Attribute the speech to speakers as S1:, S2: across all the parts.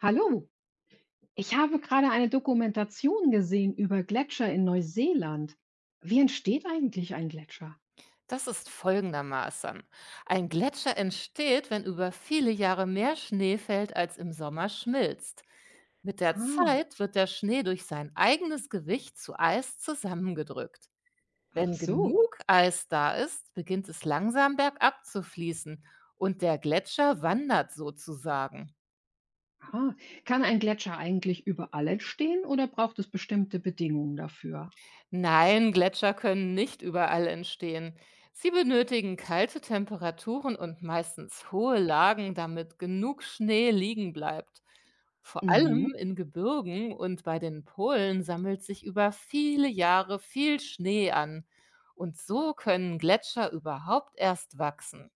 S1: Hallo, ich habe gerade eine Dokumentation gesehen über Gletscher in Neuseeland. Wie entsteht eigentlich ein Gletscher?
S2: Das ist folgendermaßen. Ein Gletscher entsteht, wenn über viele Jahre mehr Schnee fällt, als im Sommer schmilzt. Mit der
S1: Ah,
S2: Zeit wird der Schnee durch sein eigenes Gewicht zu Eis zusammengedrückt.
S1: ach
S2: Wenn
S1: so.
S2: genug Eis da ist, beginnt es langsam bergab zu fließen und der Gletscher wandert sozusagen.
S1: Ah, Kann ein Gletscher eigentlich überall entstehen oder braucht es bestimmte Bedingungen dafür?
S2: Nein, Gletscher können nicht überall entstehen. Sie benötigen kalte Temperaturen und meistens hohe Lagen, damit genug Schnee liegen bleibt. Vor
S1: Mhm.
S2: allem in Gebirgen und bei den Polen sammelt sich über viele Jahre viel Schnee an. Und so können Gletscher überhaupt erst wachsen.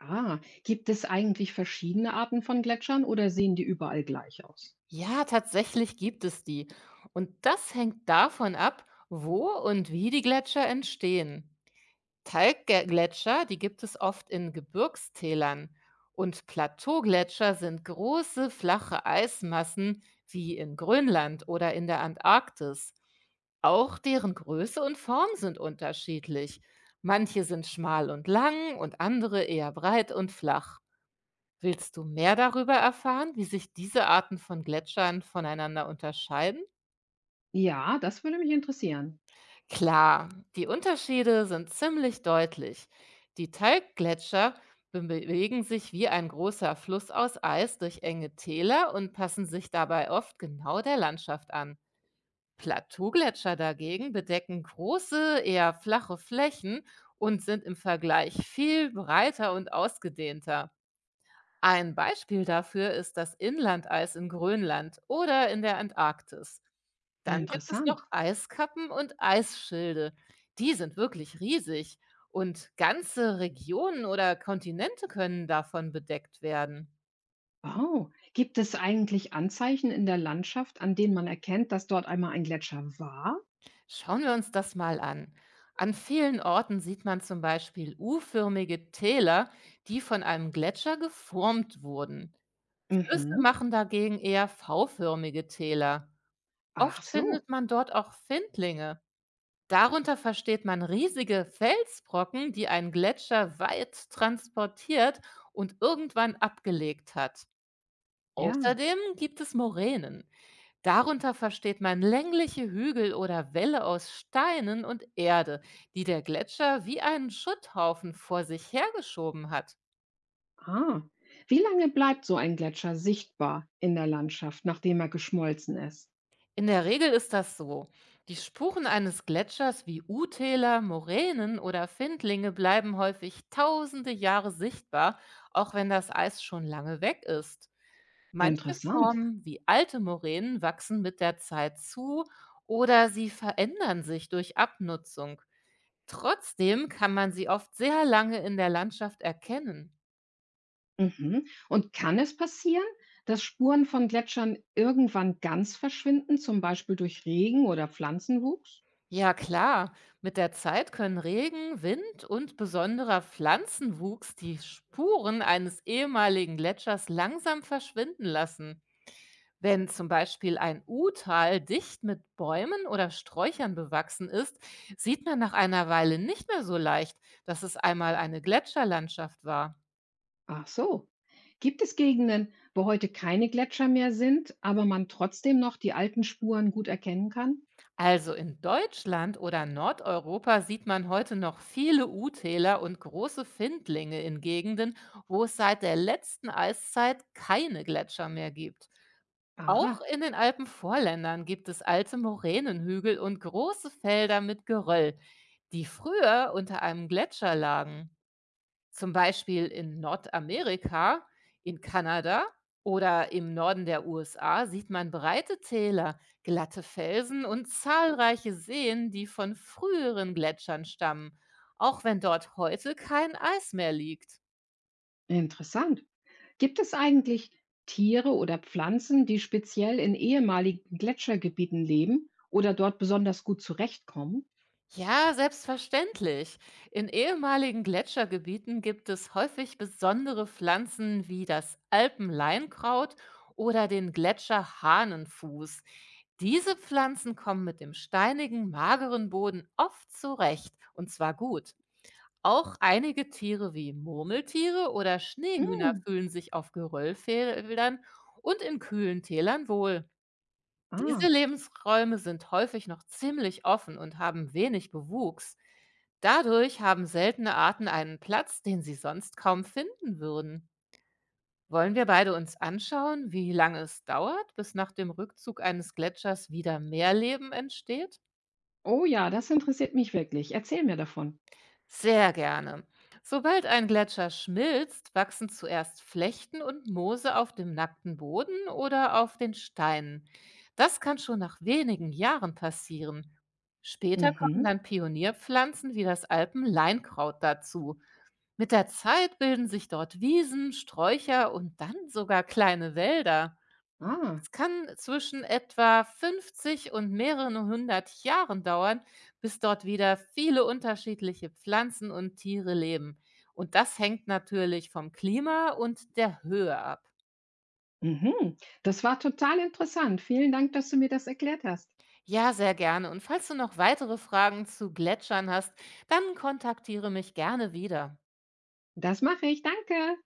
S1: Gibt es eigentlich verschiedene Arten von Gletschern oder sehen die überall gleich aus?
S2: Ja, tatsächlich gibt es die. Und das hängt davon ab, wo und wie die Gletscher entstehen. Talgge, die gibt es oft in Gebirgstälern. Und Plateaugletscher sind große, flache Eismassen wie in Grönland oder in der Antarktis. Auch deren Größe und Form sind unterschiedlich. Manche sind schmal und lang und andere eher breit und flach. Willst du mehr darüber erfahren, wie sich diese Arten von Gletschern voneinander unterscheiden?
S1: Ja, das würde mich interessieren.
S2: Klar, die Unterschiede sind ziemlich deutlich. Die Talggletscher bewegen sich wie ein großer Fluss aus Eis durch enge Täler und passen sich dabei oft genau der Landschaft an. Plateaugletscher dagegen bedecken große, eher flache Flächen und sind im Vergleich viel breiter und ausgedehnter. Ein Beispiel dafür ist das Inlandeis in Grönland oder in der Antarktis. Dann gibt es noch
S1: Interessant.
S2: Eiskappen und Eisschilde. Die sind wirklich riesig und ganze Regionen oder Kontinente können davon bedeckt werden.
S1: Oh, gibt es eigentlich Anzeichen in der Landschaft, an denen man erkennt, dass dort einmal ein Gletscher war?
S2: Schauen wir uns das mal an. An vielen Orten sieht man zum Beispiel U-förmige Täler, die von einem Gletscher geformt wurden. Flüsse
S1: Mhm.
S2: machen dagegen eher V-förmige Täler.
S1: Ach
S2: Oft
S1: so,
S2: findet man dort auch Findlinge. Darunter versteht man riesige Felsbrocken, die ein Gletscher weit transportiert und irgendwann abgelegt hat.
S1: ja.
S2: Außerdem gibt es Moränen. Darunter versteht man längliche Hügel oder Wälle aus Steinen und Erde, die der Gletscher wie einen Schutthaufen vor sich hergeschoben hat.
S1: Ah. Wie lange bleibt so ein Gletscher sichtbar in der Landschaft, nachdem er geschmolzen ist?
S2: In der Regel ist das so. Die Spuren eines Gletschers wie U-Täler, Moränen oder Findlinge bleiben häufig tausende Jahre sichtbar, auch wenn das Eis schon lange weg ist. Manche
S1: Interessant.
S2: Formen wie alte Moränen wachsen mit der Zeit zu oder sie verändern sich durch Abnutzung. Trotzdem kann man sie oft sehr lange in der Landschaft erkennen.
S1: Mhm. Und kann es passieren, dass Spuren von Gletschern irgendwann ganz verschwinden, zum Beispiel durch Regen oder Pflanzenwuchs?
S2: Ja, klar. Mit der Zeit können Regen, Wind und besonderer Pflanzenwuchs die Spuren eines ehemaligen Gletschers langsam verschwinden lassen. Wenn zum Beispiel ein U-Tal dicht mit Bäumen oder Sträuchern bewachsen ist, sieht man nach einer Weile nicht mehr so leicht, dass es einmal eine Gletscherlandschaft war.
S1: Ach so. Gibt es Gegenden, wo heute keine Gletscher mehr sind, aber man trotzdem noch die alten Spuren gut erkennen kann?
S2: Also in Deutschland oder Nordeuropa sieht man heute noch viele U-Täler und große Findlinge in Gegenden, wo es seit der letzten Eiszeit keine Gletscher mehr gibt. Auch
S1: Aha,
S2: in den Alpenvorländern gibt es alte Moränenhügel und große Felder mit Geröll, die früher unter einem Gletscher lagen. Zum Beispiel in Nordamerika, in Kanada oder im Norden der USA sieht man breite Täler, glatte Felsen und zahlreiche Seen, die von früheren Gletschern stammen, auch wenn dort heute kein Eis mehr liegt.
S1: interessant. Gibt es eigentlich Tiere oder Pflanzen, die speziell in ehemaligen Gletschergebieten leben oder dort besonders gut zurechtkommen?
S2: Ja, selbstverständlich. In ehemaligen Gletschergebieten gibt es häufig besondere Pflanzen wie das Alpenleinkraut oder den Gletscherhahnenfuß. Diese Pflanzen kommen mit dem steinigen, mageren Boden oft zurecht und zwar gut. Auch einige Tiere wie Murmeltiere oder Schneehühner
S1: Mm,
S2: fühlen sich auf Geröllfeldern und in kühlen Tälern wohl. Diese
S1: ah,
S2: Lebensräume sind häufig noch ziemlich offen und haben wenig Bewuchs. Dadurch haben seltene Arten einen Platz, den sie sonst kaum finden würden. Wollen wir beide uns anschauen, wie lange es dauert, bis nach dem Rückzug eines Gletschers wieder mehr Leben entsteht?
S1: oh ja, das interessiert mich wirklich. Erzähl mir davon.
S2: Sehr gerne. Sobald ein Gletscher schmilzt, wachsen zuerst Flechten und Moose auf dem nackten Boden oder auf den Steinen. Das kann schon nach wenigen Jahren passieren. Später kommen
S1: Mhm,
S2: dann Pionierpflanzen wie das Alpenleinkraut dazu. Mit der Zeit bilden sich dort Wiesen, Sträucher und dann sogar kleine Wälder.
S1: ah,
S2: Es kann zwischen etwa 50 und mehreren 100 Jahren dauern, bis dort wieder viele unterschiedliche Pflanzen und Tiere leben. Und das hängt natürlich vom Klima und der Höhe ab.
S1: mhm. Das war total interessant. Vielen Dank, dass du mir das erklärt hast.
S2: Ja, sehr gerne. Und falls du noch weitere Fragen zu Gletschern hast, dann kontaktiere mich gerne wieder.
S1: Das mache ich. Danke.